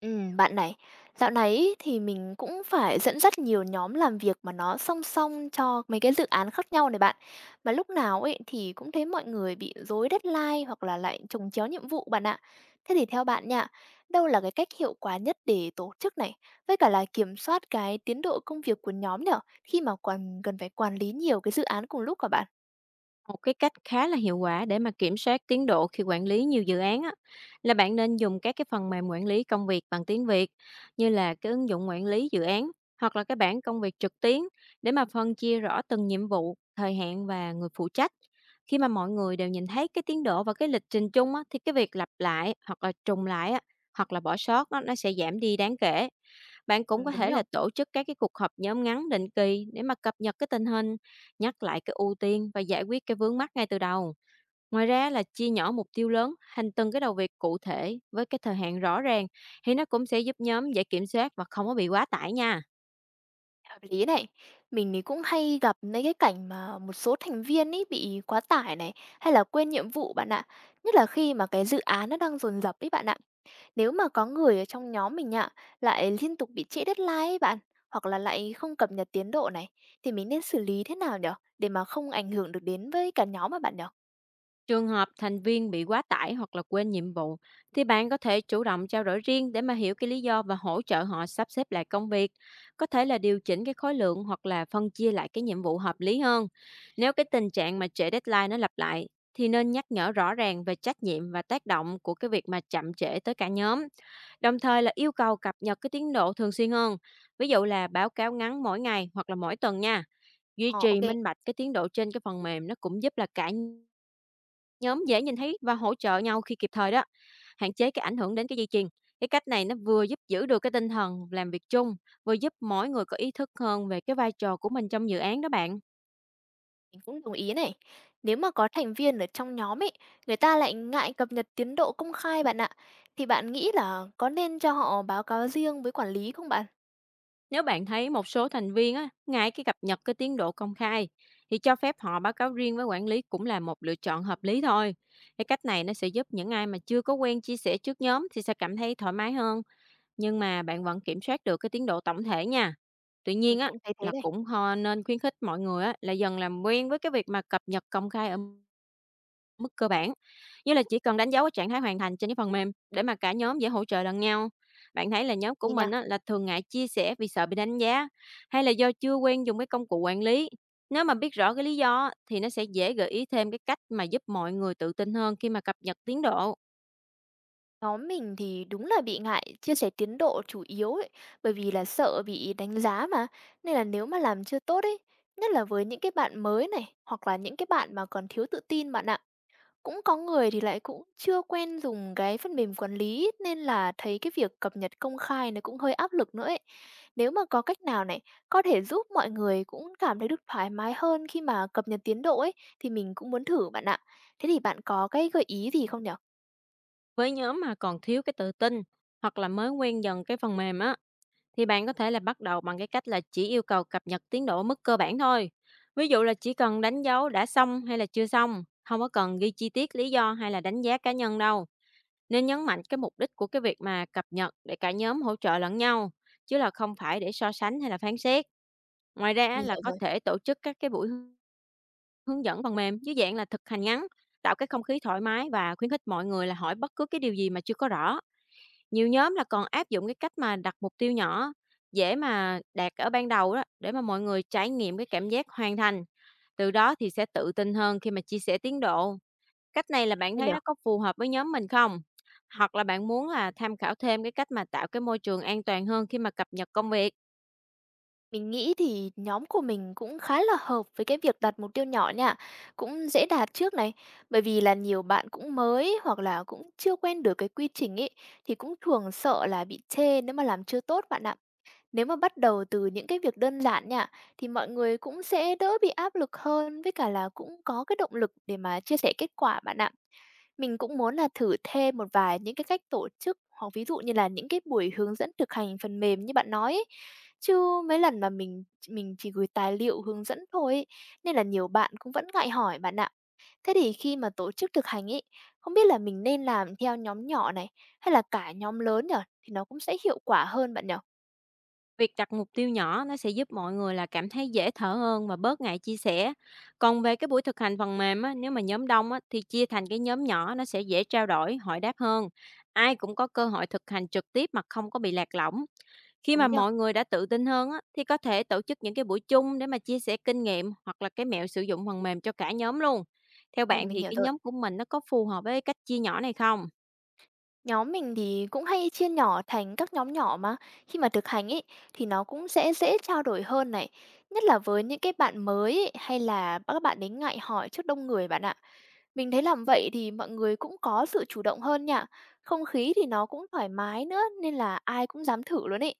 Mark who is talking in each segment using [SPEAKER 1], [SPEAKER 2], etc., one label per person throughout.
[SPEAKER 1] Bạn này, dạo này ý, thì mình cũng phải dẫn dắt nhiều nhóm làm việc mà nó song song cho mấy cái dự án khác nhau này bạn. Mà lúc nào ấy thì cũng thấy mọi người bị rối deadline hoặc là lại chồng chéo nhiệm vụ bạn ạ. Thế thì theo bạn nha, đâu là cái cách hiệu quả nhất để tổ chức này, với cả là kiểm soát cái tiến độ công việc của nhóm nhở, khi mà còn cần phải quản lý nhiều cái dự án cùng lúc cả bạn.
[SPEAKER 2] Một cái cách khá là hiệu quả để mà kiểm soát tiến độ khi quản lý nhiều dự án á, là bạn nên dùng các cái phần mềm quản lý công việc bằng tiếng Việt như là cái ứng dụng quản lý dự án hoặc là cái bảng công việc trực tuyến để mà phân chia rõ từng nhiệm vụ, thời hạn và người phụ trách. Khi mà mọi người đều nhìn thấy cái tiến độ và cái lịch trình chung á, thì cái việc lặp lại hoặc là trùng lại á, hoặc là bỏ sót nó sẽ giảm đi đáng kể. Bạn
[SPEAKER 1] Ừ,
[SPEAKER 2] cũng có
[SPEAKER 1] đúng
[SPEAKER 2] thể
[SPEAKER 1] nhở?
[SPEAKER 2] là tổ chức các cái cuộc họp nhóm ngắn định kỳ để mà cập nhật cái tình hình, nhắc lại cái ưu tiên và giải quyết cái vướng mắc ngay từ đầu. Ngoài ra là chia nhỏ mục tiêu lớn thành từng cái đầu việc cụ thể với cái thời hạn rõ ràng thì nó cũng sẽ giúp nhóm dễ kiểm soát và không có bị quá tải nha.
[SPEAKER 1] Hợp lý này, mình thì cũng hay gặp mấy cái cảnh mà một số thành viên ấy bị quá tải này hay là quên nhiệm vụ bạn ạ. Nhất là khi mà cái dự án nó đang dồn dập ấy bạn ạ. Nếu mà có người ở trong nhóm mình ạ lại liên tục bị trễ deadline ấy bạn, hoặc là lại không cập nhật tiến độ này, thì mình nên xử lý thế nào nhở, để mà không ảnh hưởng được đến với cả nhóm mà bạn nhở?
[SPEAKER 2] Trường hợp thành viên bị quá tải hoặc là quên nhiệm vụ thì bạn có thể chủ động trao đổi riêng để mà hiểu cái lý do và hỗ trợ họ sắp xếp lại công việc, có thể là điều chỉnh cái khối lượng hoặc là phân chia lại cái nhiệm vụ hợp lý hơn. Nếu cái tình trạng mà trễ deadline nó lặp lại thì nên nhắc nhở rõ ràng về trách nhiệm và tác động của cái việc mà chậm trễ tới cả nhóm. Đồng thời là yêu cầu cập nhật cái tiến độ thường xuyên hơn. Ví dụ là báo cáo ngắn mỗi ngày hoặc là mỗi tuần nha. Duy
[SPEAKER 1] Ờ,
[SPEAKER 2] trì
[SPEAKER 1] ok.
[SPEAKER 2] minh bạch cái tiến độ trên cái phần mềm nó cũng giúp là cả nhóm dễ nhìn thấy và hỗ trợ nhau khi kịp thời đó, hạn chế cái ảnh hưởng đến cái dây chuyền. Cái cách này nó vừa giúp giữ được cái tinh thần làm việc chung, vừa giúp mỗi người có ý thức hơn về cái vai trò của mình trong dự án đó bạn.
[SPEAKER 1] Mình cũng đồng ý này. Nếu mà có thành viên ở trong nhóm ấy, người ta lại ngại cập nhật tiến độ công khai bạn ạ, thì bạn nghĩ là có nên cho họ báo cáo riêng với quản lý không bạn?
[SPEAKER 2] Nếu bạn thấy một số thành viên á, ngại cái cập nhật cái tiến độ công khai thì cho phép họ báo cáo riêng với quản lý cũng là một lựa chọn hợp lý thôi. Cái cách này nó sẽ giúp những ai mà chưa có quen chia sẻ trước nhóm thì sẽ cảm thấy thoải mái hơn. Nhưng mà bạn vẫn kiểm soát được cái tiến độ tổng thể nha. Tuy
[SPEAKER 1] Mình
[SPEAKER 2] nhiên á,
[SPEAKER 1] cũng thấy thế
[SPEAKER 2] là
[SPEAKER 1] này.
[SPEAKER 2] cũng nên khuyến khích mọi người á, là dần làm quen với cái việc mà cập nhật công khai ở mức cơ bản. Như là chỉ cần đánh dấu cái trạng thái hoàn thành trên cái phần mềm để mà cả nhóm dễ hỗ trợ lẫn nhau. Bạn thấy là nhóm
[SPEAKER 1] Ok
[SPEAKER 2] của
[SPEAKER 1] nha.
[SPEAKER 2] mình á, là thường ngại chia sẻ vì sợ bị đánh giá hay là do chưa quen dùng cái công cụ quản lý. Nếu mà biết rõ cái lý do á, thì nó sẽ dễ gợi ý thêm cái cách mà giúp mọi người tự tin hơn khi mà cập nhật tiến độ.
[SPEAKER 1] Nhóm mình thì đúng là bị ngại chia sẻ tiến độ chủ yếu ấy, bởi vì là sợ bị đánh giá mà. Nên là nếu mà làm chưa tốt ấy, nhất là với những cái bạn mới này, hoặc là những cái bạn mà còn thiếu tự tin bạn ạ, cũng có người thì lại cũng chưa quen dùng cái phần mềm quản lý, nên là thấy cái việc cập nhật công khai nó cũng hơi áp lực nữa ấy. Nếu mà có cách nào này có thể giúp mọi người cũng cảm thấy được thoải mái hơn khi mà cập nhật tiến độ ấy, thì mình cũng muốn thử bạn ạ. Thế thì bạn có cái gợi ý gì không nhở?
[SPEAKER 2] Với nhóm mà còn thiếu cái tự tin hoặc là mới quen dần cái phần mềm á, thì bạn có thể là bắt đầu bằng cái cách là chỉ yêu cầu cập nhật tiến độ ở mức cơ bản thôi. Ví dụ là chỉ cần đánh dấu đã xong hay là chưa xong, không có cần ghi chi tiết lý do hay là đánh giá cá nhân đâu. Nên nhấn mạnh cái mục đích của cái việc mà cập nhật để cả nhóm hỗ trợ lẫn nhau, chứ là không phải để so sánh hay là phán xét. Ngoài ra á,
[SPEAKER 1] Mình
[SPEAKER 2] là
[SPEAKER 1] hiểu
[SPEAKER 2] có
[SPEAKER 1] rồi,
[SPEAKER 2] thể tổ chức các cái buổi hướng dẫn phần mềm dưới dạng là thực hành ngắn, tạo cái không khí thoải mái và khuyến khích mọi người là hỏi bất cứ cái điều gì mà chưa có rõ. Nhiều nhóm là còn áp dụng cái cách mà đặt mục tiêu nhỏ, dễ mà đạt ở ban đầu đó để mà mọi người trải nghiệm cái cảm giác hoàn thành, từ đó thì sẽ tự tin hơn khi mà chia sẻ tiến độ. Cách này là bạn
[SPEAKER 1] hay
[SPEAKER 2] thấy
[SPEAKER 1] nhở?
[SPEAKER 2] nó có phù hợp với nhóm mình không? Hoặc là bạn muốn là tham khảo thêm cái cách mà tạo cái môi trường an toàn hơn khi mà cập nhật công việc?
[SPEAKER 1] Mình nghĩ thì nhóm của mình cũng khá là hợp với cái việc đặt mục tiêu nhỏ nha, cũng dễ đạt trước này, bởi vì là nhiều bạn cũng mới hoặc là cũng chưa quen được cái quy trình ấy, thì cũng thường sợ là bị chê nếu mà làm chưa tốt bạn ạ. Nếu mà bắt đầu từ những cái việc đơn giản nha, thì mọi người cũng sẽ đỡ bị áp lực hơn, với cả là cũng có cái động lực để mà chia sẻ kết quả bạn ạ. Mình cũng muốn là thử thêm một vài những cái cách tổ chức, hoặc ví dụ như là những cái buổi hướng dẫn thực hành phần mềm như bạn nói ấy. Chứ mấy lần mà mình chỉ gửi tài liệu hướng dẫn thôi ấy, nên là nhiều bạn cũng vẫn ngại hỏi bạn ạ. Thế thì khi mà tổ chức thực hành ấy, không biết là mình nên làm theo nhóm nhỏ này, hay là cả nhóm lớn nhở? Thì nó cũng sẽ hiệu quả hơn bạn nhở?
[SPEAKER 2] Việc đặt mục tiêu nhỏ nó sẽ giúp mọi người là cảm thấy dễ thở hơn và bớt ngại chia sẻ. Còn về cái buổi thực hành phần mềm á, nếu mà nhóm đông á, thì chia thành cái nhóm nhỏ nó sẽ dễ trao đổi, hỏi đáp hơn. Ai cũng có cơ hội thực hành trực tiếp mà không có bị lạc lõng. Khi mà
[SPEAKER 1] Đúng nhở?
[SPEAKER 2] mọi người đã tự tin hơn á, thì có thể tổ chức những cái buổi chung để mà chia sẻ kinh nghiệm hoặc là cái mẹo sử dụng phần mềm cho cả nhóm luôn. Theo
[SPEAKER 1] Ừ,
[SPEAKER 2] bạn
[SPEAKER 1] mình
[SPEAKER 2] thì
[SPEAKER 1] hiểu
[SPEAKER 2] cái
[SPEAKER 1] rồi.
[SPEAKER 2] nhóm của mình nó có phù hợp với cách chia nhỏ này không?
[SPEAKER 1] Nhóm mình thì cũng hay chia nhỏ thành các nhóm nhỏ mà, khi mà thực hành ấy thì nó cũng sẽ dễ trao đổi hơn này, nhất là với những cái bạn mới ấy, hay là các bạn ấy ngại hỏi trước đông người bạn ạ. Mình thấy làm vậy thì mọi người cũng có sự chủ động hơn nha. Không khí thì nó cũng thoải mái nữa, nên là ai cũng dám thử luôn ấy.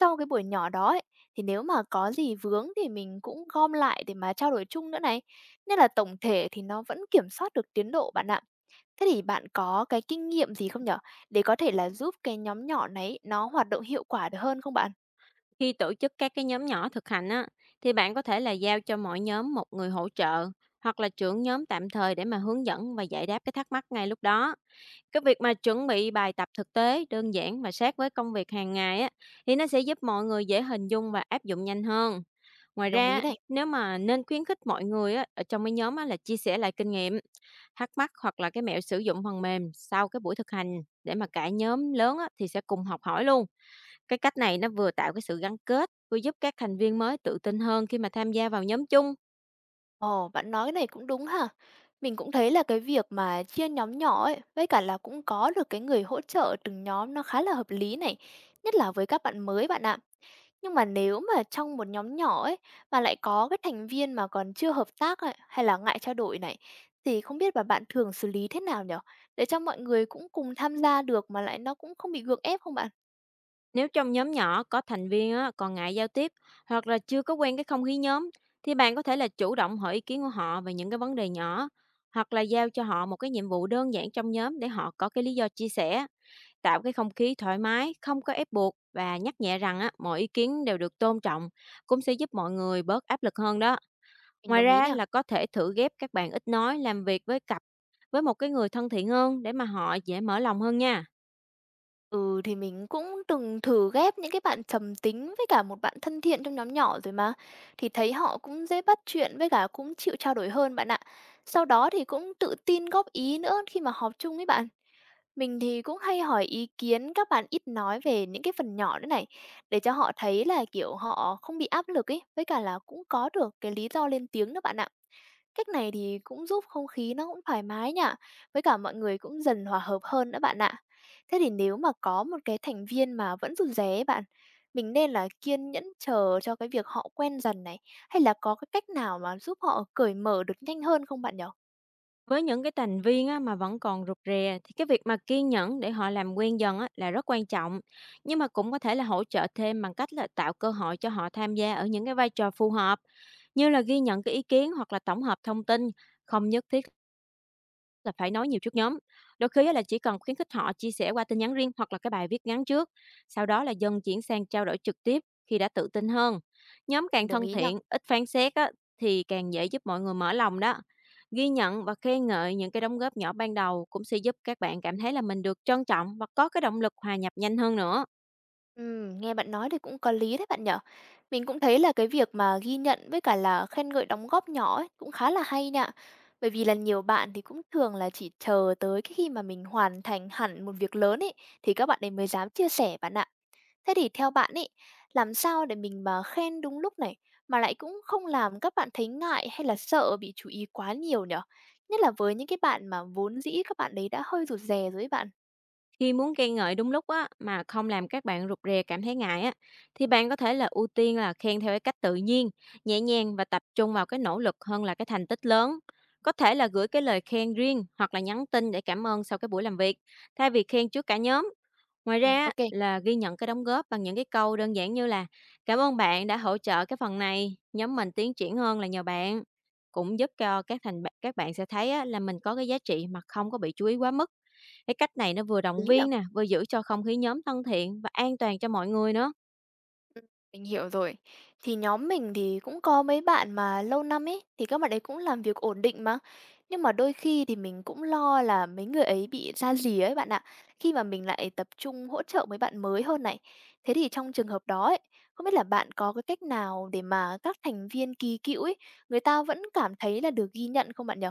[SPEAKER 1] Sau cái buổi nhỏ đó ấy, thì nếu mà có gì vướng thì mình cũng gom lại để mà trao đổi chung nữa này. Nên là tổng thể thì nó vẫn kiểm soát được tiến độ bạn ạ. Thế thì bạn có cái kinh nghiệm gì không nhở? Để có thể là giúp cái nhóm nhỏ này nó hoạt động hiệu quả được hơn không bạn?
[SPEAKER 2] Khi tổ chức các cái nhóm nhỏ thực hành á, thì bạn có thể là giao cho mỗi nhóm một người hỗ trợ hoặc là trưởng nhóm tạm thời để mà hướng dẫn và giải đáp cái thắc mắc ngay lúc đó. Cái việc mà chuẩn bị bài tập thực tế đơn giản và sát với công việc hàng ngày á, thì nó sẽ giúp mọi người dễ hình dung và áp dụng nhanh hơn. Ngoài
[SPEAKER 1] Mình đồng ý
[SPEAKER 2] ra,
[SPEAKER 1] này.
[SPEAKER 2] nếu mà nên khuyến khích mọi người á, ở trong cái nhóm á, là chia sẻ lại kinh nghiệm, thắc mắc hoặc là cái mẹo sử dụng phần mềm sau cái buổi thực hành để mà cả nhóm lớn á, thì sẽ cùng học hỏi luôn. Cái cách này nó vừa tạo cái sự gắn kết, vừa giúp các thành viên mới tự tin hơn khi mà tham gia vào nhóm chung.
[SPEAKER 1] Ồ, bạn nói cái này cũng đúng ha. Mình cũng thấy là cái việc mà chia nhóm nhỏ ấy, với cả là cũng có được cái người hỗ trợ từng nhóm, nó khá là hợp lý này, nhất là với các bạn mới bạn ạ. Nhưng mà nếu mà trong một nhóm nhỏ ấy mà lại có cái thành viên mà còn chưa hợp tác ấy, hay là ngại trao đổi này, thì không biết là bạn thường xử lý thế nào nhở? Để cho mọi người cũng cùng tham gia được mà lại nó cũng không bị gượng ép không bạn?
[SPEAKER 2] Nếu trong nhóm nhỏ có thành viên á, còn ngại giao tiếp hoặc là chưa có quen cái không khí nhóm thì bạn có thể là chủ động hỏi ý kiến của họ về những cái vấn đề nhỏ hoặc là giao cho họ một cái nhiệm vụ đơn giản trong nhóm để họ có cái lý do chia sẻ, tạo cái không khí thoải mái, không có ép buộc và nhắc nhẹ rằng á, mọi ý kiến đều được tôn trọng cũng sẽ giúp mọi người bớt áp lực hơn đó.
[SPEAKER 1] Mình
[SPEAKER 2] Ngoài
[SPEAKER 1] đồng
[SPEAKER 2] ra
[SPEAKER 1] ý
[SPEAKER 2] á,
[SPEAKER 1] nè.
[SPEAKER 2] là có thể thử ghép các bạn ít nói làm việc với cặp, với một cái người thân thiện hơn để mà họ dễ mở lòng hơn nha.
[SPEAKER 1] Ừ, thì mình cũng từng thử ghép những cái bạn trầm tính với cả một bạn thân thiện trong nhóm nhỏ rồi mà. Thì thấy họ cũng dễ bắt chuyện với cả cũng chịu trao đổi hơn bạn ạ. Sau đó thì cũng tự tin góp ý nữa khi mà họp chung với bạn. Mình thì cũng hay hỏi ý kiến các bạn ít nói về những cái phần nhỏ nữa này, để cho họ thấy là kiểu họ không bị áp lực ấy, với cả là cũng có được cái lý do lên tiếng nữa bạn ạ. Cách này thì cũng giúp không khí nó cũng thoải mái nhỉ, với cả mọi người cũng dần hòa hợp hơn nữa bạn ạ. Thế thì nếu mà có một cái thành viên mà vẫn rụt rè ấy bạn, mình nên là kiên nhẫn chờ cho cái việc họ quen dần này, hay là có cái cách nào mà giúp họ cởi mở được nhanh hơn không bạn nhỉ?
[SPEAKER 2] Với những cái thành viên á, mà vẫn còn rụt rè thì cái việc mà kiên nhẫn để họ làm quen dần á, là rất quan trọng. Nhưng mà cũng có thể là hỗ trợ thêm bằng cách là tạo cơ hội cho họ tham gia ở những cái vai trò phù hợp như là ghi nhận cái ý kiến hoặc là tổng hợp thông tin, không nhất thiết là phải nói nhiều trước nhóm. Đôi khi á, là chỉ cần khuyến khích họ chia sẻ qua tin nhắn riêng hoặc là cái bài viết ngắn trước, sau đó là dần chuyển sang trao đổi trực tiếp khi đã tự tin hơn. Nhóm
[SPEAKER 1] Mình
[SPEAKER 2] càng
[SPEAKER 1] đồng
[SPEAKER 2] thân
[SPEAKER 1] ý nè.
[SPEAKER 2] thiện, ít phán xét á, thì càng dễ giúp mọi người mở lòng đó. Ghi nhận và khen ngợi những cái đóng góp nhỏ ban đầu cũng sẽ giúp các bạn cảm thấy là mình được trân trọng và có cái động lực hòa nhập nhanh hơn nữa.
[SPEAKER 1] Nghe bạn nói thì cũng có lý đấy bạn nhở? Mình cũng thấy là cái việc mà ghi nhận với cả là khen ngợi đóng góp nhỏ ấy cũng khá là hay nha. Bởi vì là nhiều bạn thì cũng thường là chỉ chờ tới cái khi mà mình hoàn thành hẳn một việc lớn ấy, thì các bạn ấy mới dám chia sẻ bạn ạ. Thế thì theo bạn ấy, làm sao để mình mà khen đúng lúc này, mà lại cũng không làm các bạn thấy ngại hay là sợ bị chú ý quá nhiều nhở? Nhất là với những cái bạn mà vốn dĩ các bạn ấy đã hơi rụt rè rồi ấy bạn.
[SPEAKER 2] Khi muốn khen ngợi đúng lúc á, mà không làm các bạn rụt rè cảm thấy ngại á, thì bạn có thể là ưu tiên là khen theo cái cách tự nhiên, nhẹ nhàng và tập trung vào cái nỗ lực hơn là cái thành tích lớn. Có thể là gửi cái lời khen riêng hoặc là nhắn tin để cảm ơn sau cái buổi làm việc, thay vì khen trước cả nhóm. Ngoài
[SPEAKER 1] Ừ,
[SPEAKER 2] ra á,
[SPEAKER 1] ok,
[SPEAKER 2] là ghi nhận cái đóng góp bằng những cái câu đơn giản như là cảm ơn bạn đã hỗ trợ cái phần này, nhóm mình tiến triển hơn là nhờ bạn. Cũng giúp cho các bạn sẽ thấy á, là mình có cái giá trị mà không có bị chú ý quá mức. Cái cách này nó vừa động
[SPEAKER 1] lý nhở.
[SPEAKER 2] viên nè, vừa giữ cho không khí nhóm thân thiện và an toàn cho mọi người nữa.
[SPEAKER 1] Mình hiểu rồi. Thì nhóm mình thì cũng có mấy bạn mà lâu năm ấy, thì các bạn ấy cũng làm việc ổn định mà. Nhưng mà đôi khi thì mình cũng lo là mấy người ấy bị ra gì ấy bạn ạ. Khi mà mình lại tập trung hỗ trợ mấy bạn mới hơn này. Thế thì trong trường hợp đó ấy, không biết là bạn có cái cách nào để mà các thành viên kỳ cựu ấy, người ta vẫn cảm thấy là được ghi nhận không bạn nhở?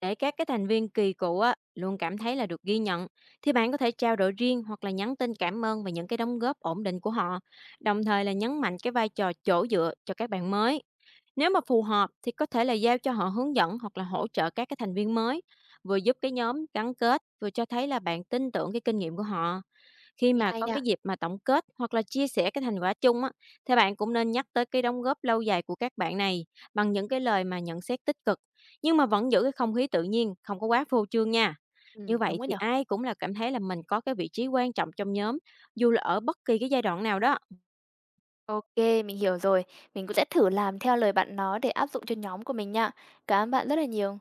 [SPEAKER 2] Để các cái thành viên kỳ cựu á, luôn cảm thấy là được ghi nhận thì bạn có thể trao đổi riêng hoặc là nhắn tin cảm ơn về những cái đóng góp ổn định của họ, đồng thời là nhấn mạnh cái vai trò chỗ dựa cho các bạn mới. Nếu mà phù hợp thì có thể là giao cho họ hướng dẫn hoặc là hỗ trợ các cái thành viên mới, vừa giúp cái nhóm gắn kết, vừa cho thấy là bạn tin tưởng cái kinh nghiệm của họ. Khi
[SPEAKER 1] Nghe
[SPEAKER 2] mà
[SPEAKER 1] hay
[SPEAKER 2] có
[SPEAKER 1] nè.
[SPEAKER 2] cái dịp mà tổng kết hoặc là chia sẻ cái thành quả chung á, thì bạn cũng nên nhắc tới cái đóng góp lâu dài của các bạn này bằng những cái lời mà nhận xét tích cực, nhưng mà vẫn giữ cái không khí tự nhiên, không có quá phô trương nha.
[SPEAKER 1] Ừ,
[SPEAKER 2] Như
[SPEAKER 1] đúng
[SPEAKER 2] vậy
[SPEAKER 1] rồi
[SPEAKER 2] thì
[SPEAKER 1] nhở.
[SPEAKER 2] ai cũng là cảm thấy là mình có cái vị trí quan trọng trong nhóm, dù là ở bất kỳ cái giai đoạn nào đó.
[SPEAKER 1] Ok, mình hiểu rồi. Mình cũng sẽ thử làm theo lời bạn nói để áp dụng cho nhóm của mình nha. Cảm ơn bạn rất là nhiều.